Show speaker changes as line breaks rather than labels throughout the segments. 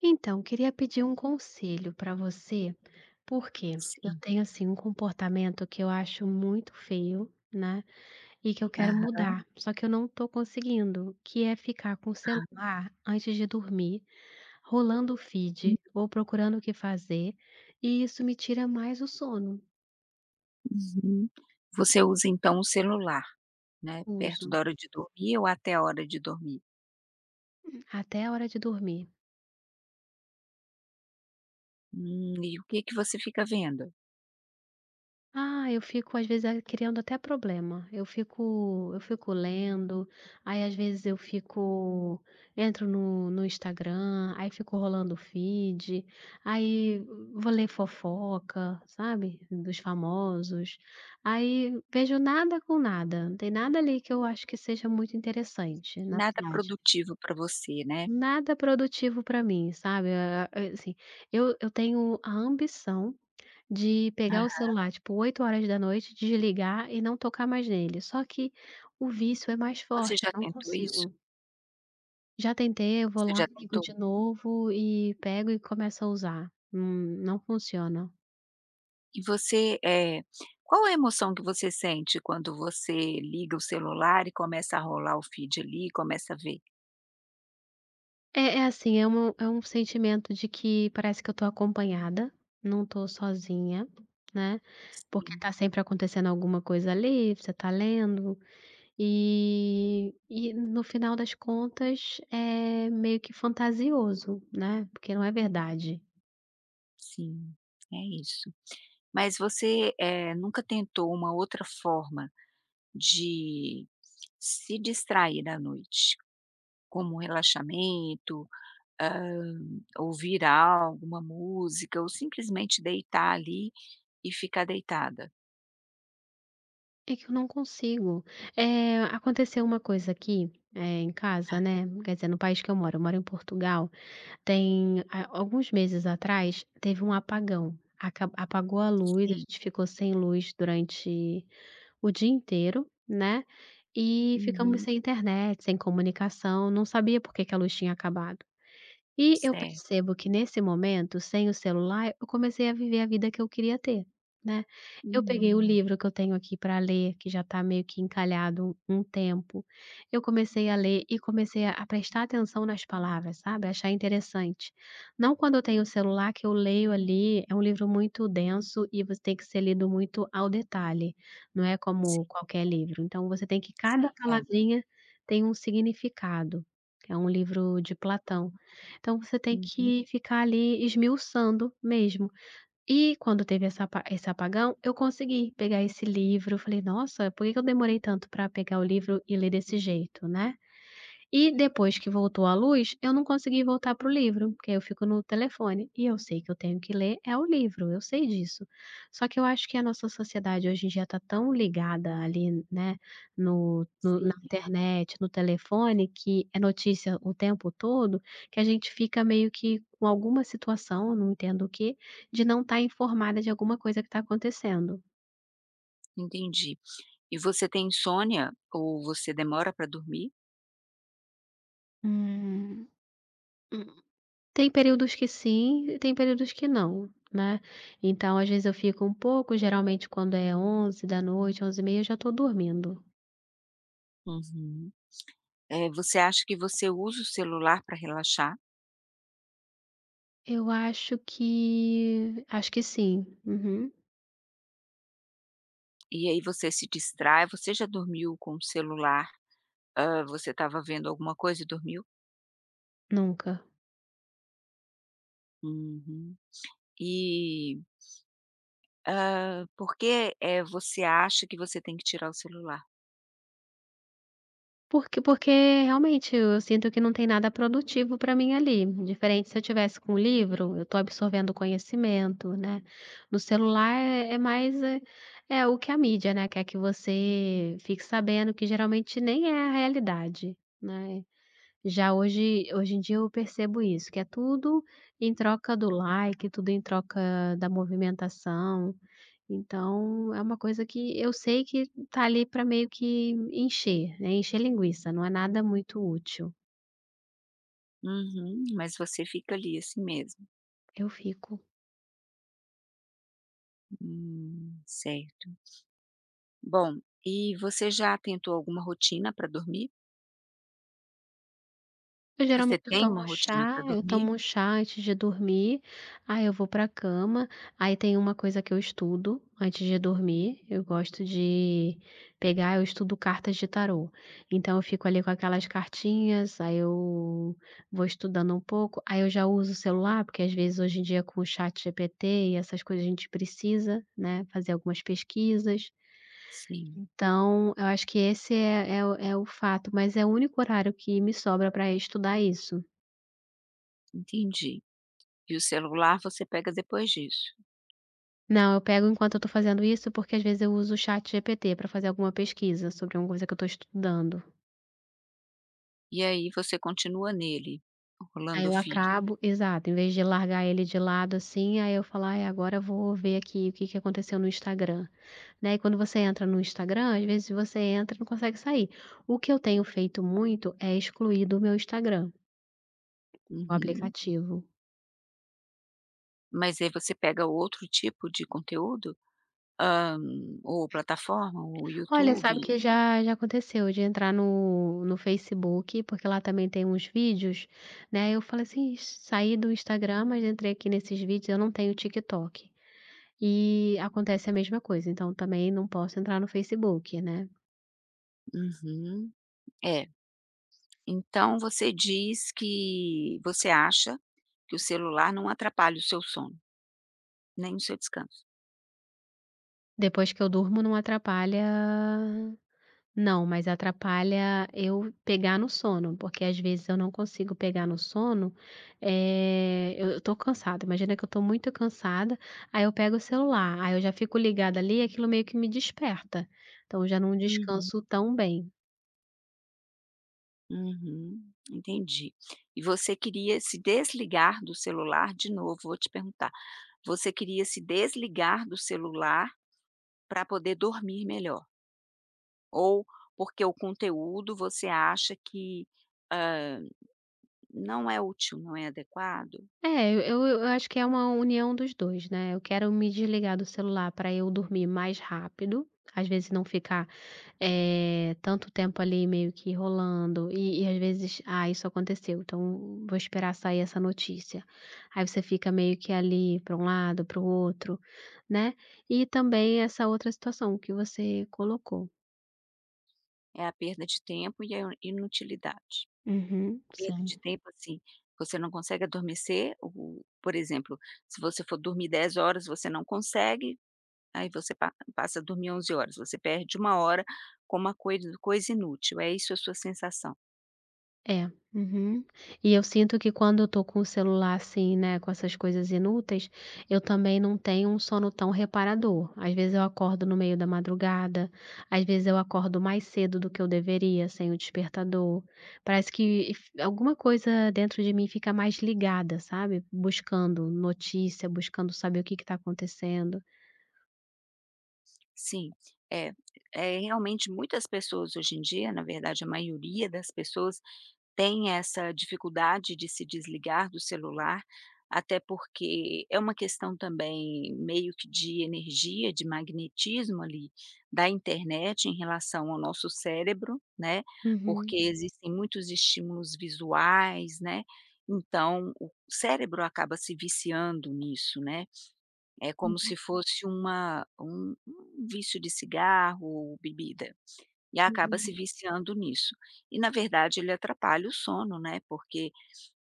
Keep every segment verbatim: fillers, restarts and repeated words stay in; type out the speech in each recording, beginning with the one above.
Então, queria pedir um conselho para você, porque eu
Sim.
tenho assim um comportamento que eu acho muito feio, né? E que eu quero
Aham.
mudar, só que eu não tô conseguindo, que é ficar com o celular antes de dormir, rolando o feed ou procurando o que fazer, e isso me tira mais o sono.
Uhum. Você usa então o celular, né, perto
Uso,
da hora de dormir ou até a hora de dormir?
até a hora de dormir.
Hum, e o que que você fica vendo?
Ah, eu fico às vezes a criando até problema. Eu fico eu fico lendo, aí às vezes eu fico entro no no Instagram, aí fico rolando o feed, aí vou ler fofoca, sabe, dos famosos. Aí vejo nada com nada, não tem nada ali que eu acho que seja muito interessante, na
Nada
verdade.
produtivo para você, né.
Nada produtivo para mim, sabe? Ah, ah, Assim, eu, eu tenho a ambição de pegar o
Aham.
celular, tipo, oito horas da noite desligar e não tocar mais nele. Só que o vício é mais
Você
forte, eu
já
não
tentou isso?
consigo. Já tentei, eu vou
Você
lá,
já
ligo
tentou?
de novo e pego e começo a usar. Hum, não funciona.
E você, eh, qual a emoção que você sente quando você liga o celular e começa a rolar o feed ali, começa a ver?
É é assim, é um é um sentimento de que parece que eu tô acompanhada, não tô sozinha, né, porque
Sim,
tá sempre acontecendo alguma coisa ali, você tá lendo. E e no final das contas é meio que fantasioso, né, porque não é verdade.
sim, é isso. Mas você, eh, nunca tentou uma outra forma de se distrair à noite, como um relaxamento, hã, ouvir algo, uma música ou simplesmente deitar ali e ficar deitada.
É que eu não consigo. Eh, aconteceu uma coisa aqui, eh, em casa, né, quer dizer, no país que eu moro, eu moro em Portugal, tem a alguns meses atrás teve um apagão. Aca Apagou a luz, a
Sim.
gente ficou sem luz durante o dia inteiro, né, e ficamos
Uhum.
sem internet, sem comunicação, não sabia por que que a luz tinha acabado. E eu
Certo.
percebo que nesse momento, sem o celular, eu comecei a viver a vida que eu queria ter, né. Eu peguei o
Uhum.
livro que eu tenho aqui para ler, que já está meio que encalhado um um tempo, eu comecei a ler e comecei a a prestar atenção nas palavras, sabe, achar interessante. Não quando eu tenho o celular que eu leio ali, é um livro muito denso e você tem que ser lido muito ao detalhe, não é como
Sim,
qualquer livro. Então você tem que
sim,
cada
é.
palavrinha tem um significado. É um livro de Platão. Então você tem
Uhum.
que ficar ali esmiuçando mesmo. E quando teve essa pa esse apagão, eu consegui pegar esse livro, eu falei: "Nossa, por que que eu demorei tanto para pegar o livro e ler desse jeito, né?". E depois que voltou a luz, eu não consegui voltar para o livro, porque eu fico no telefone, e eu sei que eu tenho que ler é o livro, eu sei disso. Só que eu acho que a nossa sociedade hoje em dia está tão ligada ali, né, no no na
Sim,
internet, no telefone, que é notícia o tempo todo, que a gente fica meio que com alguma situação, não entendo o quê, de não estar informada de alguma coisa que está acontecendo.
entendi. E você tem insônia ou você demora pra dormir?
Hum. Tem períodos que sim e tem períodos que não, né. Então às vezes eu fico um pouco, geralmente quando é vinte e três horas, vinte e três e trinta eu já estou dormindo.
Uhum. Eh, você acha que você usa o celular pra relaxar?
Eu acho que acho que sim. Uhum.
E aí você se distrai, você já dormiu com o celular? Hã, você estava vendo alguma coisa e dormiu?
Nunca.
Uhum. E, hã, por que, eh, você acha que você tem que tirar o celular?
Porque porque realmente eu sinto que não tem nada produtivo para mim ali, diferente se eu tivesse com um livro, eu estou absorvendo conhecimento, né. No celular é é mais, eh, é o que a mídia, né, quer que você fique sabendo, que geralmente nem é a realidade, né. Já hoje hoje em dia eu percebo isso, que é tudo em troca do like, tudo em troca da movimentação, então é uma coisa que eu sei que tá ali para meio que encher, né, encher linguiça, não é nada muito útil.
Uhum, mas você fica ali assim mesmo.
Eu fico.
Hum, certo. Bom, e você já tentou alguma rotina para dormir?
Eu geralmente
Você
eu
tem
tomo
uma rotina
chá,
para
eu
dormir?
tomo um chá antes de dormir, aí eu vou para a cama, aí tem uma coisa que eu estudo antes de dormir, eu gosto de pegar, eu estudo cartas de tarô. Então eu fico ali com aquelas cartinhas, aí eu vou estudando um pouco, aí eu já uso o celular, porque às vezes hoje em dia com o chat G P T e essas coisas a gente precisa, né, fazer algumas pesquisas.
Sim,
Então, eu acho que esse é, é o é o fato, mas é o único horário que me sobra para estudar isso.
entendi. E o celular você pega depois disso.
Não, eu pego enquanto eu tô fazendo isso, porque às vezes eu uso o chat ChatGPT para fazer alguma pesquisa sobre alguma coisa que eu tô estudando.
E aí você continua nele,
Aí
rolando o
eu
feed ali.
acabo exato, em vez de largar ele de lado, assim, aí eu falo: "Ai, agora eu vou ver aqui o que que aconteceu no Instagram", né, e quando você entra no Instagram, às vezes você entra e não consegue sair. O que eu tenho feito muito é excluir do meu Instagram, o
Uhum.
aplicativo.
Mas aí você pega outro tipo de conteúdo? Hã, ou plataforma, o
Olha, sabe
YouTube.
que já já aconteceu de entrar no no Facebook, porque lá também tem uns vídeos, né, eu falei assim: "Saí do Instagram, mas entrei aqui nesses vídeos", eu não tenho TikTok. E acontece a mesma coisa, então também não posso entrar no Facebook, né.
Uhum. É. Então você diz que você acha que o celular não atrapalha o seu sono, nem o seu descanso.
Depois que eu durmo não atrapalha. Não, mas atrapalha eu pegar no sono, porque às vezes eu não consigo pegar no sono, eh, eu eu tô cansada, imagina que eu tô muito cansada, aí eu pego o celular, aí eu já fico ligada ali e aquilo meio que me desperta, então eu já não
Uhum,
descanso tão bem.
uhum, entendi. E você queria se desligar do celular de novo, vou te perguntar, você queria se desligar do celular pra poder dormir melhor, ou porque o conteúdo você acha que não é útil, não é adequado?
É, eu eu eu acho que é uma união dos dois, né, eu quero me desligar do celular para eu dormir mais rápido, às vezes não ficar. Eh, tanto tempo ali meio que rolando e e às vezes: "Ah, isso aconteceu, então vou esperar sair essa notícia". Aí você fica meio que ali para um lado, para o outro, né. E também essa outra situação que você colocou.
É a perda de tempo e a inutilidade.
Uhum,
Perda de
sim.
tempo, assim, você não consegue adormecer, o por exemplo, se você for dormir dez horas, você não consegue, aí você pa passa a dormir onze horas, você perde uma hora com uma coisa coisa inútil, é isso a sua sensação?
É, uhum. E eu sinto que quando eu tô com o celular assim, né, com essas coisas inúteis, eu também não tenho um sono tão reparador. Às vezes eu acordo no meio da madrugada, às vezes eu acordo mais cedo do que eu deveria, sem o despertador. Parece que f- alguma coisa dentro de mim fica mais ligada, sabe? Buscando notícia, buscando saber o que que tá acontecendo.
Sim, é. É realmente muitas pessoas hoje em dia, na verdade a maioria das pessoas, tem essa dificuldade de se desligar do celular, até porque é uma questão também meio que de energia, de magnetismo ali da internet em relação ao nosso cérebro, né, porque
Uhum.
existem muitos estímulos visuais, né, então o cérebro acaba se viciando nisso, né, é como
Uhum.
se fosse uma um um vício de cigarro ou bebida. E acaba se
Uhum.
viciando nisso. E na verdade ele atrapalha o sono, né, porque,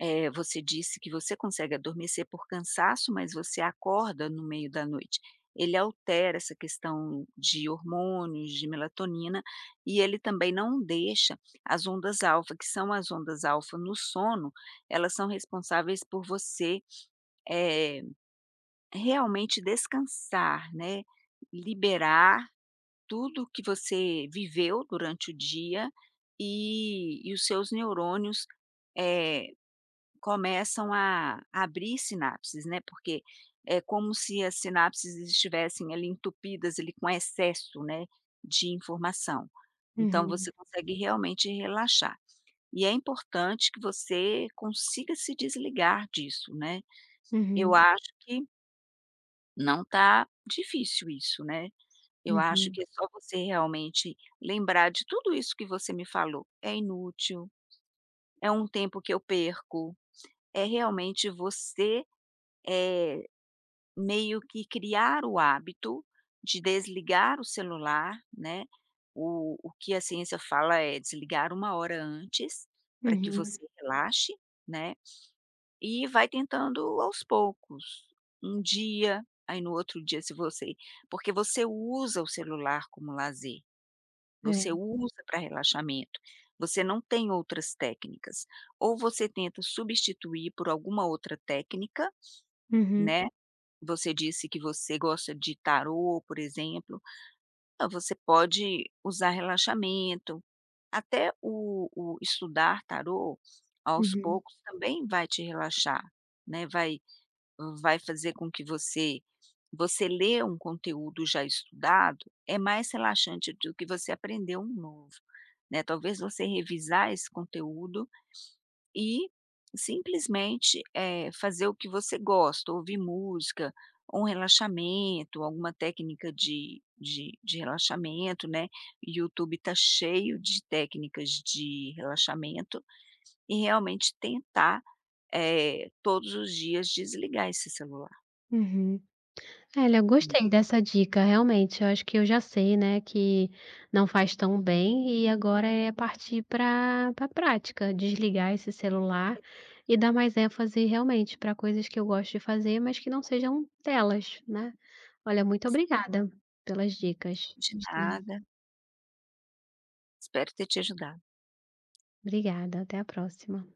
eh, você disse que você consegue adormecer por cansaço, mas você acorda no meio da noite. Ele altera essa questão de hormônios, de melatonina, e ele também não deixa as ondas alfa, que são as ondas alfa no sono, elas são responsáveis por você, eh, realmente descansar, né, liberar tudo que você viveu durante o dia e e os seus neurônios, eh, começam a abrir sinapses, né, porque é como se as sinapses estivessem ali entupidas ali com excesso, né, de informação. Então
Uhum.
você consegue realmente relaxar. E é importante que você consiga se desligar disso, né. Eu
Uhum.
acho que não está difícil isso, né. Eu acho
Uhum.
que é só você realmente lembrar de tudo isso que você me falou. É inútil, é um tempo que eu perco, é realmente você, eh, meio que criar o hábito de desligar o celular, né, o o que a ciência fala é desligar uma hora antes, para que
Uhum.
você relaxe, né, e vai tentando aos poucos, um dia, aí no outro dia se você porque você usa o celular como lazer.
É.
Você usa para relaxamento. Você não tem outras técnicas. Ou você tenta substituir por alguma outra técnica,
Uhum.
né. Você disse que você gosta de tarô, por exemplo. Ah, você pode usar relaxamento. Até o o estudar tarô, aos
Uhum.
poucos, também vai te relaxar, né, vai Vai fazer com que você você lê um conteúdo já estudado, é mais relaxante do que você aprender um novo, né, talvez você revisar esse conteúdo e simplesmente, eh, fazer o que você gosta, ouvir música, um relaxamento, alguma técnica de de de relaxamento, né, YouTube está cheio de técnicas de relaxamento, e realmente tentar, eh, todos os dias desligar esse celular.
Uhum. Olha, eu gostei dessa dica, realmente. Eu acho que eu já sei, né, que não faz tão bem e agora é partir para para prática, desligar esse celular e dar mais ênfase realmente para coisas que eu gosto de fazer, mas que não sejam telas, né? Olha, muito obrigada pelas dicas.
De
Gostei.
nada. Espero ter te ajudado.
Obrigada, até a próxima.